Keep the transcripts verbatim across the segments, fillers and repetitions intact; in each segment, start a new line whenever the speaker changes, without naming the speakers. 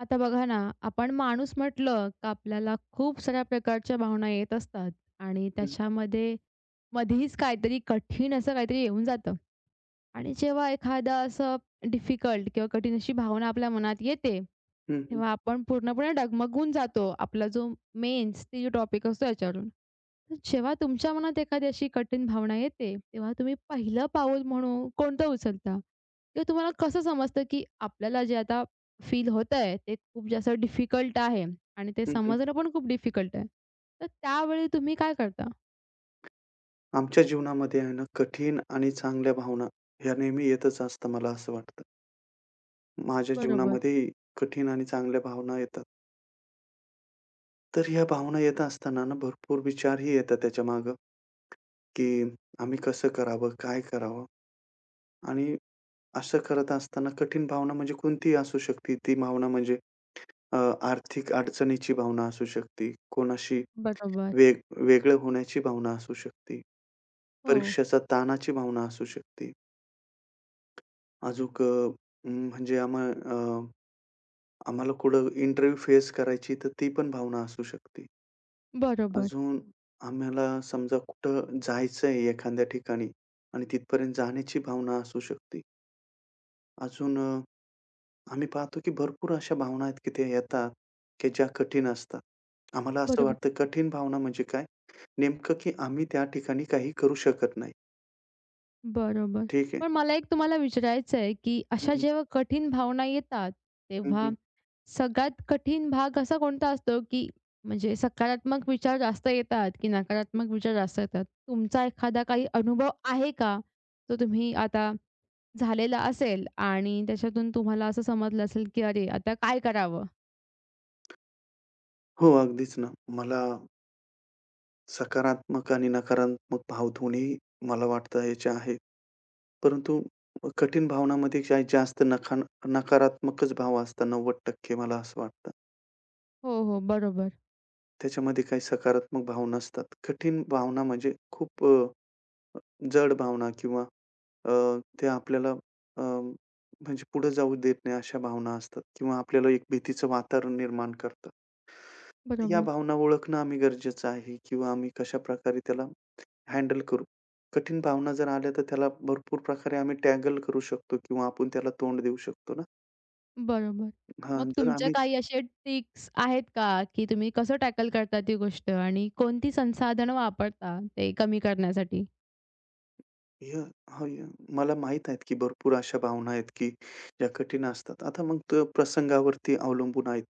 आता बघा ना, आपण माणूस म्हटलं का आपल्याला खूप साऱ्या प्रकारच्या भावना येत असतात आणि
हं,
त्याच्यामध्ये मधीच काहीतरी कठीण असं काहीतरी येऊन जातं. आणि जेव्हा एखादा असं डिफिकल्ट किंवा कठीण अशी भावना आपल्या मनात येते,
हं, हं,
तेव्हा आपण पूर्णपणे डगमगून जातो. आपला जो मेन, ते जो टॉपिक असतो याच्यावरून. तर जेव्हा तुमच्या मनात एखादी अशी कठीण भावना येते, तेव्हा तुम्ही पहिलं पाऊल म्हणून कोणतं उचलता? किंवा तुम्हाला कसं समजतं, की आपल्याला जे आता फील होतंय, ते खूप जास्त डिफिकल्ट आहे आणि ते
हं, हं.
समजणं पण खूप डिफिकल्ट आहे. तर त्यावेळी तुम्ही काय करता?
आमच्या जीवनामध्ये आहे ना, कठीण आणि चांगल्या भावना ह्या नेहमी येतच असतात मला असं वाटतं. माझ्या
बरोबर,
जीवनामध्येही कठीण आणि चांगल्या भावना येतात. तर ह्या भावना येत असताना ना, भरपूर विचारही येतात त्याच्यामागं, की आम्ही कसं करावं? काय करावं? आणि असं करत असताना कठीण भावना म्हणजे कोणतीही असू शकते. ती भावना म्हणजे अ, आर्थिक अडचणीची भावना असू शकते, कोणाशी
बरोबर.
वेग वेगळं होण्याची भावना असू शकते,
हो.
परीक्षेच्या ताणाची भावना असू शकते. अजूक अ, म्हणजे आम्हा अ, आम्हाला कुठं इंटरव्ह्यू फेस करायची, तर ती पण भावना असू शकते.
बरोबर,
अजून आम्हाला समजा कुठं जायचंय एखाद्या ठिकाणी आणि तिथपर्यंत जाण्याची भावना असू शकते. अजून अ, आम्ही पाहतो की भरपूर अशा भावना आहेत की त्या येतात, की ज्या कठीण असतात. आम्हाला असं
बरोबर,
वाटतं कठीण भावना म्हणजे काय? नेमकं की आम्ही त्या ठिकाणी काही करू शकत नाही.
बरोबर.
ठीक आहे.
पण मला एक तुम्हाला विचारायचं आहे, की
हं,
अशा
हं.
जेव्हा कठीण भावना येतात,
हं,
तेव्हा
हं.
सगळ्यात कठीण भाग असा कोणता असतो, की म्हणजे सकारात्मक विचार जास्त येतात, की नकारात्मक विचार जास्त येतात? तुमचा एखादा काही अनुभव आहे का? तो तुम्ही आता झालेला असेल आणि त्याच्यातून तुम्हाला असं समजलं असेल, की "अरे, आता काय करावं?"
हो, अगदीच ना. मला सकारात्मक आणि नकारात्मक भाव दोन्ही मला वाटतं याचे आहेत. परंतु कठीण भावनामध्ये काही जास्त नका नकारात्मकच भाव असतात नव्वद टक्के मला असं वाटतं.
हो, हो. बरोबर,
त्याच्यामध्ये काही सकारात्मक भाव नसतात. कठीण भावना म्हणजे खूप अ, जड भावना किंवा अ, ते आपल्याला अ, म्हणजे पुढे जाऊ देत नाही अशा भावना असतात किंवा आपल्याला एक भीतीचं वातावरण निर्माण करतात. या
बरोबर,
भावना ओळखणं आम्ही गरजेचं आहे किंवा आम्ही कशाप्रकारे त्याला हँडल करू. कठीण भावना जर आल्या, तर त्याला भरपूर प्रकारे आम्ही टॅकल करू शकतो किंवा आपण त्याला तोंड देऊ शकतो ना.
बरोबर.
हां,
मग
जर
तुमच्या
आम्ही
काही असे ट्रिक्स आहेत का, की तुम्ही कसं टॅकल करता ती गोष्ट आणि कोणती संसाधनं वापरता ते कमी करण्यासाठी?
ह्या हां, या मला माहीत आहेत, की भरपूर अशा भावना आहेत, की ज्या कठीण असतात. आता मग त्या प्रसंगावरती अवलंबून आहेत,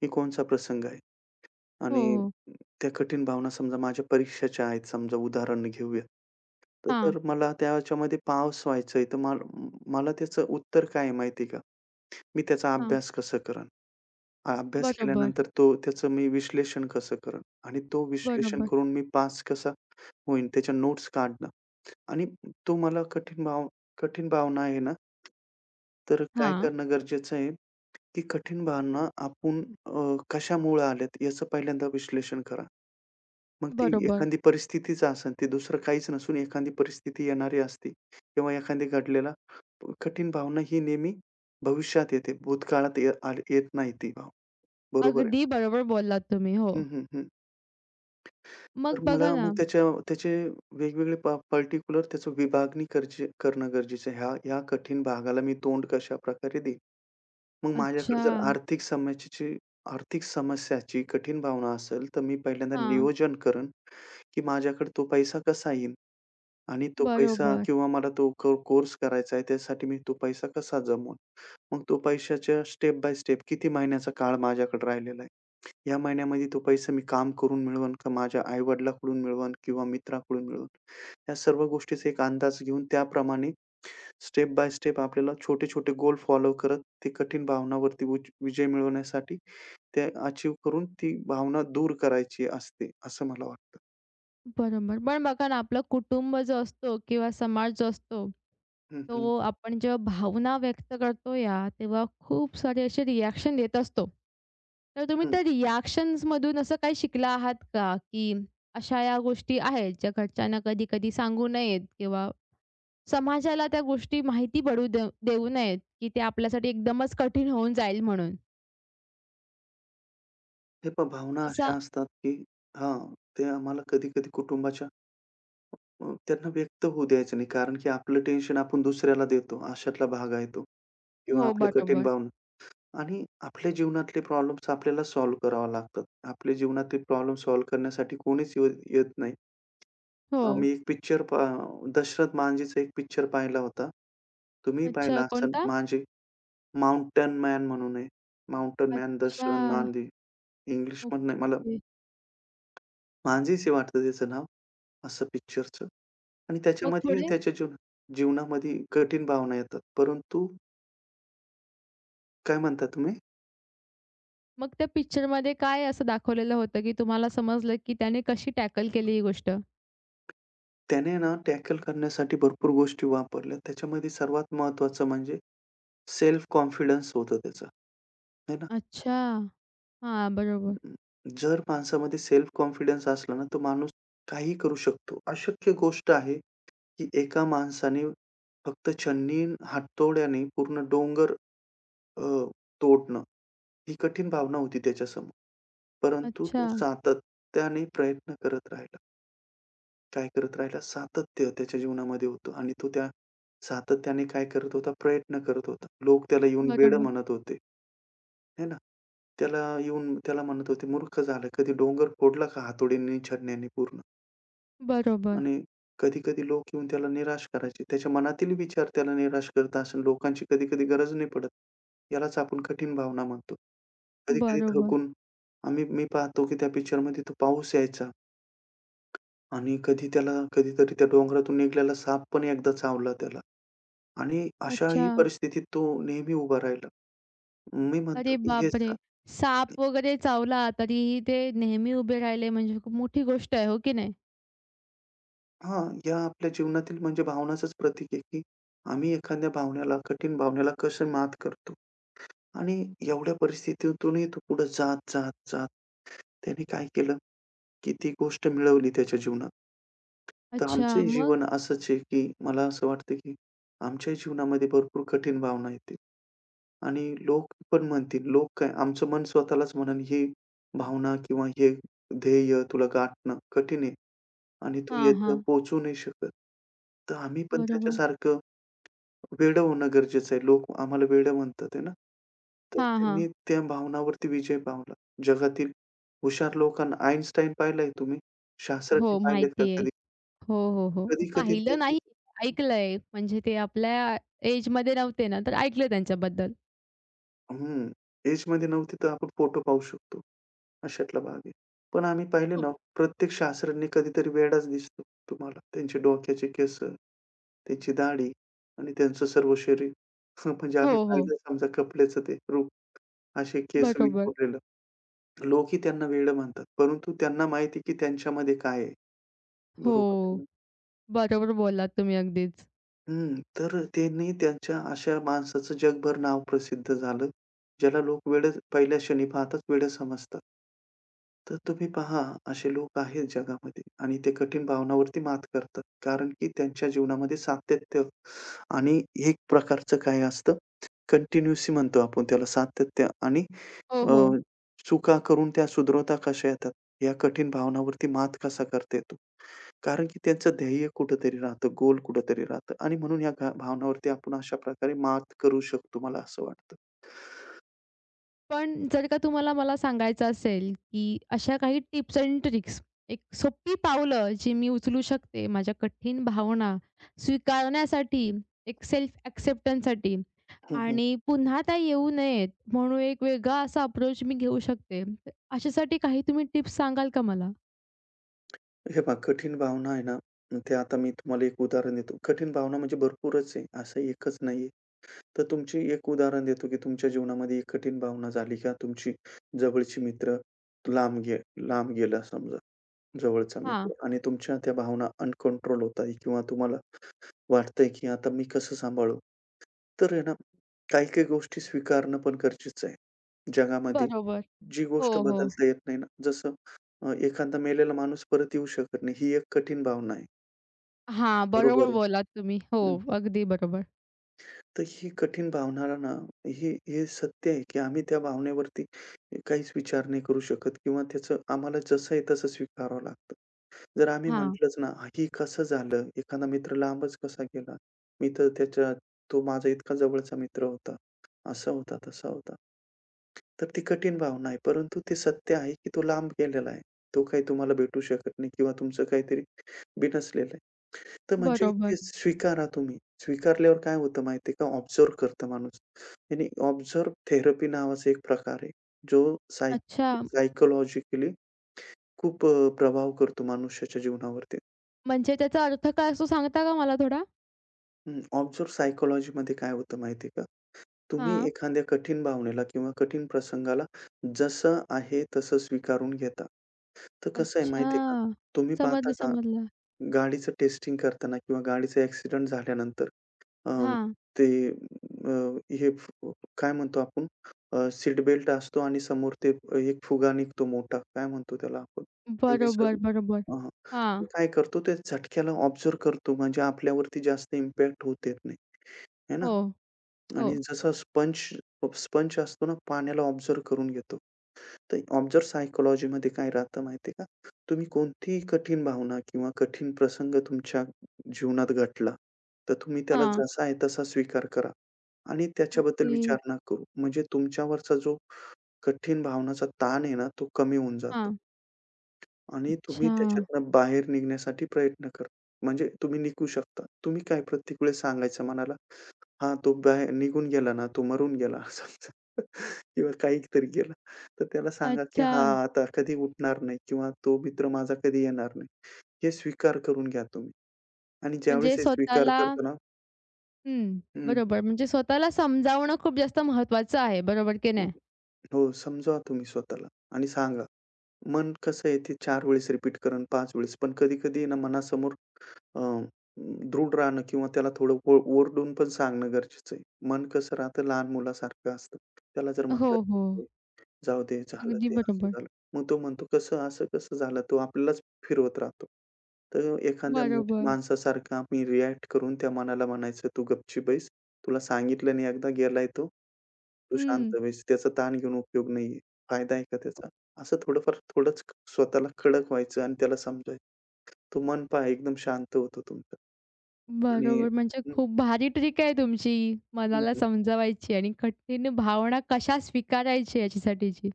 की कोणचा प्रसंग आहे
हो,
आणि
हो.
त्या कठीण भावना समजा माझ्या परीक्षेच्या आहेत, समजा उदाहरण घेऊया. तर
हां,
तर मला त्याच्यामध्ये पास व्हायचंय, तर मला मला त्याचं उत्तर काय आहे माहिती आहे का? मी त्याचा
हां.
अभ्यास कसं करेन? हा, अभ्यास
बरोबर,
केल्यानंतर तो त्याचं मी विश्लेषण कसं करेन आणि तो विश्लेषण
बरोबर.
करून मी पास कसा होईन, त्याच्या नोट्स काढणं आणि तो मला कठीण भाव कठीण भावना आहे ना, तर काय
हां.
करणं गरजेचं आहे, की कठीण भावना आपण अ, कशामुळे आल्यात याचं पहिल्यांदा विश्लेषण करा. मग ती
बरोबर.
एखादी परिस्थितीच असेल, ती दुसरं काहीच नसून एखादी परिस्थिती येणारी असते किंवा एखादी घडलेला कठीण भावना ही नेहमी भविष्यात येते. भूतकाळात ये आल येत नाही ती भाव बरोबर आहे
अगदी
ना?
बरोबर बोललात तुम्ही. हो.
हं, हं, हं. तर
मग बघा
मला मग
ना.
त्याच्या त्याचे वेगवेगळे प पर्टिक्युलर त्याचं विभागणी गरजे करणं गरजेचं आहे. ह्या ह्या कठीण भागाला मी तोंड कशाप्रकारे देईन? मग
अच्छा.
माझ्याकडे जर आर्थिक समस्येची आर्थिक समस्याची कठीण भावना असेल, तर मी पहिल्यांदा
हां.
नियोजन करेन, की माझ्याकडे तो पैसा कसा येईल आणि तो पैसा
बरोबर,
किंवा मला तो कोर्स करायचा आहे, त्यासाठी मी तो पैसा कसा जमवून? मग तो पैशाच्या स्टेप बाय स्टेप किती महिन्याचा काळ माझ्याकडे राहिलेला आहे? या महिन्यामध्ये तो पैसा मी काम करून मिळवन का माझ्या आई-वडिलांकडून मिळवन किंवा मित्राकडून मिळवन. या सर्व गोष्टीचा एक अंदाज घेऊन त्याप्रमाणे स्टेप बाय स्टेप आपल्याला छोटे-छोटे गोल फॉलो करत ती कठीण भावनावरती उज विजय मिळवण्यासाठी ते अचीव्ह करून ती भावना दूर करायची असते, असं मला वाटतं.
बरोबर. पण बघा ना आपलं कुटुंब जो असतो किंवा समाज जो असतो,
हं, हं.
तो आपण जेव्हा भावना व्यक्त करतो या, तेव्हा खूप सारे असे रिएक्शन देत असतो. तर तुम्ही
हं.
त्या रिएक्शन्समधून असं काही शिकला आहात का, की अशा या गोष्टी आहेत ज्या घरच्यांना कधी-कधी सांगू नयेत किंवा समाजाला त्या गोष्टी माहिती पडू देऊ देऊ नयेत, की ते आपल्यासाठी एकदमच कठीण होऊन जाईल म्हणून.
हे पहा भावना
असा
अशा असतात, की हां, ते आम्हाला कधी-कधी कुटुंबाच्या अ, त्यांना व्यक्त होऊ द्यायचं नाही. कारण की आपलं टेन्शन आपण दुसऱ्याला देतो, अशातला भाग आहे तो. किंवा
हो,
आपल्या कठीण
बरोबर.
भावना आणि आपल्या जीवनातले प्रॉब्लेम्स आपल्याला सॉल्व्ह करावे लागतात. आपल्या जीवनातले प्रॉब्लेम सॉल्व्ह करण्यासाठी कोणीच ये येत नाही.
हो.
अ, मी एक पिक्चर पा दशरथ मांझीचा एक पिक्चर पाहिला होता. तुम्हीही पाहिला
अच्छा,
असेल
कोणता?
मांझी माउंटन मॅन म्हणून आहे. माउंटन मॅन दशरथ
अच्छा.
मांझी इंग्लिशमधनं
ओके,
नाही मला
ओके.
मांझीच आहे वाटतं त्याचं नाव असं पिक्चरचं आणि
मग
त्याच्यामध्ये
पुढे?
त्याच्या जीवन जीवनामध्ये कठीण भावना येतात. परंतु काय म्हणता तुम्ही?
मग त्या पिक्चरमध्ये काय असं दाखवलेलं होतं, की तुम्हाला समजलं, की त्याने कशी टॅकल केली ही गोष्ट?
त्याने ना टॅकल करण्यासाठी भरपूर गोष्टी वापरल्या. त्याच्यामध्ये सर्वात महत्त्वाचं म्हणजे सेल्फ कॉन्फिडन्स होतं त्याचं, है ना.
अच्छा. हां, बरोबर.
अं, जर माणसामध्ये सेल्फ कॉन्फिडन्स असला ना, तो माणूस काही करू शकतो. अशक्य गोष्ट आहे, की एका माणसाने फक्त छन्नी हातोड्याने पूर्ण डोंगर अ, तोडणं, ही कठीण भावना होती त्याच्यासमोर. परंतु
अच्छा.
तो सातत्याने प्रयत्न करत राहिला. काय करत राहिला? सातत्य त्याच्या जीवनामध्ये होतं आणि तो त्या सातत्याने काय करत होता? प्रयत्न करत होता. लोक त्याला येऊन वेडं
बरोबर,
म्हणत होते, है ना? त्याला येऊन त्याला म्हणत होते, "मूर्ख झाला." कधी डोंगर फोडला का हातोडीने, छडण्याने पूर्ण
बरोबर,
आणि कधी-कधी लोक येऊन त्याला निराश करायचे. त्याच्या मनातील विचार त्याला निराश करत असेल. लोकांची कधी-कधी गरज नाही पडत. यालाच आपण कठीण भावना म्हणतो. कधी-कधी
बरोबर.
थकून आम्ही मी पाहतो की त्या पिक्चरमध्ये तो पाऊस यायचा. आणि कधी त्याला कधीतरी त्या डोंगरातून निघालेला साप पण एकदा चावला त्याला आणि
अच्छा.
अशाही परिस्थितीत तो नेहमी उभा राहिला. मी म्हणतो
अरे
की हे
बापरे!
स
साप वगैरे चावला तरीही ते नेहमी उभे राहिले म्हणजे खूप मोठी गोष्ट आहे, हो की नाही?
हां, या आपल्या जीवनातील म्हणजे भावनाचंच प्रतीक आहे, की आम्ही एखाद्या भावनेला, कठीण भावनेला कसं मात करतो आणि एवढ्या परिस्थितीतूनही तो पुढे जात, जात, जात त्याने काय केलं, की ती गोष्ट मिळवली त्याच्या जीवनात. तर
अच्छा,
आमचंही जीवन
मग?
असंच आहे, की मला असं वाटतं, की आमच्याही जीवनामध्ये भरपूर कठीण भावना येते. आणि लोक पण म्हणतील, लोक काय आमचं मन स्वतःलाच म्हणेल, "ही भावना किंवा हे ध्येय तुला गाठणं कठीण आहे आणि तू
हां,
इथं
हां.
पोहोचू नाही शकत." तर आम्ही पण
बरोबर.
त्याच्यासारखं वेडं होणं गरजेचं आहे. लोक आम्हाला वेडं म्हणतात आहे ना. तर
हां,
त्यांनी
हां.
त्या भावनावरती विजय पावला. जगातील हुशार लोकांना आइन्स्टाईन पाहिलंय तुम्ही? शास्त्रज्ञ
हो,
पाहिलेत का
माहिती आहे.
कधी?
हो, हो, हो.
कधी-कधी ते
पाहिलं नाही, ऐकलंय. म्हणजे ते आपल्या एजमध्ये नव्हते ना, तर ऐकलं त्यांच्याबद्दल.
हं, एजमध्ये नव्हती तर आपण फोटो पाहू शकतो. अशातला भाग आहे. पण आम्ही पाहिले
हो.
ना, प्रत्येक शास्त्रज्ञ कधीतरी वेडाच दिसतो तुम्हाला. त्यांचे डोक्याचे केस, त्यांची दाढी आणि त्यांचं सर्व शरीर. म्हणजे
हो,
आम्ही
हो.
पाहिलं समजा कपड्याचं ते रूप, असे केस
बरोबर.
विखुरलेलं. लोकही त्यांना वेडं म्हणतात, परंतु त्यांना माहिती आहे की त्यांच्यामध्ये काय आहे.
हो,
बरोबर आहे ना?
बरोबर बोललात तुम्ही अगदीच.
हं. तर त्यांनी त्यांच्या अशा माणसाचं जगभर नाव प्रसिद्ध झालं, ज्याला लोक वेडं पहिल्या क्षणी पाहताच वेडं समजतात. तर तुम्ही पहा, असे लोक आहेत जगामध्ये आणि ते कठीण भावनावरती मात करतात. कारण की त्यांच्या जीवनामध्ये सातत्य आणि एक प्रकारचं काय असतं, कंटिन्यूसी म्हणतो आपण त्याला सातत्य आणि
हो,
अ,
हो.
चुका करून त्या सुधरवता कशा येतात, या कठीण भावनावरती मात कसा करता येतो. कारण की त्यांचं ध्येय कुठेतरी राहतं, गोल कुठेतरी राहतं आणि म्हणून या घा भावनावरती आपण अशा प्रकारे मात करू शकतो, मला असं वाटतं.
पण जर का तुम्हाला मला सांगायचं असेल, की अशा काही टिप्स एंड ट्रिक्स, एक सोपी पावलं जी मी उचलू शकते माझ्या कठीण भावना स्वीकारण्यासाठी, एक सेल्फ एक्सेप्टन्ससाठी
हं, हं.
आणि पुन्हा त्या येऊ नयेत म्हणून एक वेगळा असा अप्रोच मी घेऊ शकते. तर अशासाठी काही तुम्ही टिप्स सांगाल का मला?
हे पहा कठीण भावना आहे ना, ते आता मी तुम्हाला एक उदाहरण देतो. कठीण भावना म्हणजे भरपूरच आहे, असं एकच नाहीये. तर तुमची एक उदाहरण देतो, की तुमच्या जीवनामध्ये एक कठीण भावना झाली का तुमची जवळची मित्र लांब गे लांब गेला समजा जवळचा
हां,
मित्र आणि तुमच्या त्या भावना अनकंट्रोल होत आहे किंवा तुम्हाला वाटतंय, की आता मी कसं सांभाळू? तर आहे ना, काही-काही गोष्टी स्वीकारणं पण गरजेचं आहे. जगामध्ये
बरोबर.
जी
हो,
गोष्ट
हो.
बदलता येत नाही ना, जसं अ, एखादा मेलेला माणूस परत येऊ शकत नाही, ही एक कठीण भावना आहे.
हां, बरोबर
बरोबर आहे.
बोललात तुम्ही. हो,
हं, हं.
अगदी बरोबर.
तर ही कठीण भावनाला ना, हे हे सत्य आहे, की आम्ही त्या भावनेवरती काहीच विचार नाही करू शकत किंवा त्याचं आम्हाला जसं आहे तसं स्वीकारावं लागतं. जर आम्ही
हां,
म्हटलंच ना, "ही कसं झालं? एखादा मित्र लांबच कसा गेला? मी तर त्याच्या तो माझा इतका जवळचा मित्र होता. असा होता, तसा होता." तर ती कठीण भावना आहे. परंतु ते सत्य आहे, की तो लांब गेलेला आहे. तो काही तुम्हाला भेटू शकत नाही किंवा तुमचं काहीतरी बिनसलेलं तर म्हणजे
बरोबर.
ते स्वीकारा तुम्ही. स्वीकारल्यावर काय होतं माहिती आहे का, ऑब्झर्व्ह करतं माणूस. आणि ऑब्झर्व्ह थेरपी नावाचा एक प्रकार आहे, जो सायक
अच्छा,
सायकॉलॉजिकली खूप अ, प्रभाव करतो मनुष्याच्या जीवनावरती.
म्हणजे त्याचा अर्थ काय असतो सांगता का मला थोडा?
हं, ऑब्झर्व्ह सायकॉलॉजीमध्ये काय होतं माहिती आहे का, तुम्ही
हां.
एखाद्या कठीण भावनेला किंवा कठीण प्रसंगाला जसं आहे तसं स्वीकारून घेता. तर कसं आहे
अच्छा.
माहिती आहे का, तुम्ही पाहता
समजलं,
का,
समजलं.
गाडीचं टेस्टिंग करताना किंवा गाडीचा ॲक्सिडेंट झाल्यानंतर अं,
हां.
ते अ, हे फ काय म्हणतो आपण अ, सीट बेल्ट असतो आणि समोर ते एक फुगा निघतो मोठा. काय म्हणतो त्याला आपण? मी विसरलो.
बरोबर, बरोबर.
हां, हां. तो
हां.
काय करतो त्या झटक्याला ऑब्झर्व्ह करतो म्हणजे आपल्यावरती जास्त इम्पॅक्ट होऊ देत नाही, आहे ना?
हो, हो.
आणि जसा स्पंज स्पंज असतो ना पाण्याला ऑब्झर्व्ह करून घेतो. तर ऑब्झर्व्ह सायकॉलॉजीमध्ये काय राहतं माहिती का? तुम्ही कोणतीही कठीण भावना किंवा कठीण प्रसंग तुमच्या जीवनात घडला, तर तुम्ही त्याला
हां.
जसा आहे तसा स्वीकार करा आणि त्याच्याबद्दल
ओके.
विचार ना करू. म्हणजे तुमच्यावरचा जो कठीण भावनाचा ताण आहे ना, तो कमी होऊन जातो
हां.
आणि तुम्ही
अच्छा.
त्याच्यातनं बाहेर निघण्यासाठी प्रयत्न करा. म्हणजे तुम्ही निघू शकता. तुम्ही काय प्रत्येक वेळेस सांगायचं मनाला? हां, तो बाहेर निघून गेला ना, तो मरून गेला समजा किंवा काहीतरी केलं, तर त्याला सांगा, की
अच्छा.
"हा आता कधी उठणार नाही किंवा तो मित्र माझा कधी येणार नाही." हे स्वीकार करून घ्या तुम्ही आणि
म्हणजे
ज्यावेळेस हे स्वीकार
स्वतःला.
करतो ना
हं.
हं,
बरोबर. म्हणजे स्वतःला समजावणं खूप जास्त महत्त्वाचं आहे. बरोबर की
हं.
नाही?
हो, समजावा तुम्ही स्वतःला आणि सांगा. मन कसं आहे ते चार वेळेस रिपीट करेल, पाच वेळेस. पण कधी-कधी ना मनासमोर अ, दृढ राहणं किंवा त्याला थोडं ओ ओरडून पण सांगणं गरजेचं आहे. मन कसं राहतं, लहान मुलासारखं असतं. त्याला जर
हो,
म्हटलं
हो.
जाऊ दे, झालं
अगदी
ते असं
बरोबर.
झालं. मग तो म्हणतो, "कसं असं कसं झालं?" तो आपल्यालाच फिरवत राहतो. तर एखाद्या मोठ्या
बरोबर.
माणसासारखं आम्ही रिएक्ट करून त्या मनाला म्हणायचं, "तू गपची बैस. तुला सांगितलं नाही एकदा, गेलाय तो. तू
हं.
शांत बैस. त्याचा ताण घेऊन उपयोग नाहीये. फायदा आहे का त्याचा?" असं थोडंफार थोडंच स्वतःला कडक व्हायचं आणि त्याला समजायचं. तो मन पहा एकदम शांत होतो तुमचं. आणि
बरोबर. म्हणजे
हं,
खूप भारी ट्रिक आहे तुमची,
हं,
मनाला
हं.
समजावायची आणि कठीण भावना कशा स्वीकारायची याच्यासाठीची.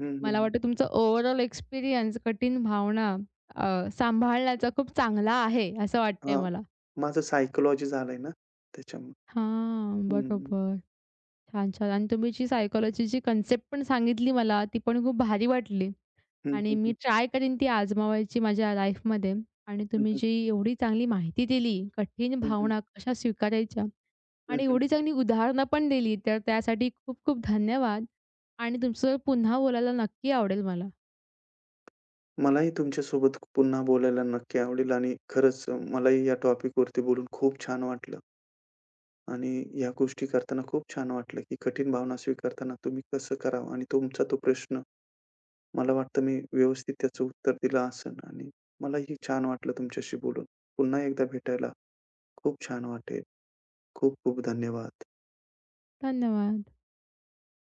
हं,
मला
हं.
वाटतं तुमचा ओव्हरऑल एक्सपिरियन्स कठीण भावना अ, सांभाळण्याचा खूप चांगला आहे, असं वाटतंय
हां.
मला.
माझं सायकॉलॉजी झालंय ना त्याच्यामुळे.
हां,
हं, हं.
बरोबर. छान, छान. आणि तुम्ही जी सायकॉलॉजीची कन्सेप्ट पण सांगितली मला, ती पण खूप भारी वाटली
हं,
आणि
हं,
मी
हं.
ट्राय करीन ती आजमावायची माझ्या लाईफमध्ये. आणि
हं,
तुम्ही
हं.
जी एवढी चांगली माहिती दिली, कठीण
हं, हं.
भावना कशा स्वीकारायच्या
हं,
आणि
हं.
एवढी चांगली उदाहरणं पण दिली, तर त्यासाठी खूप खूप धन्यवाद आणि तुमचं पुन्हा बोलायला नक्की आवडेल मला.
मलाही तुमच्यासोबत पुन्हा बोलायला नक्की आवडेल आणि खरंच मलाही या टॉपिकवरती बोलून खूप छान वाटलं आणि या गोष्टी करताना खूप छान वाटलं, की कठीण भावना स्वीकारताना तुम्ही कसं करावं आणि तुमचा तो प्रश्न मला वाटतं मी व्यवस्थित त्याचं उत्तर दिलं असेल आणि मलाही छान वाटलं तुमच्याशी बोलून. पुन्हा एकदा भेटायला खूप छान वाटेल. खूप खूप धन्यवाद.
धन्यवाद.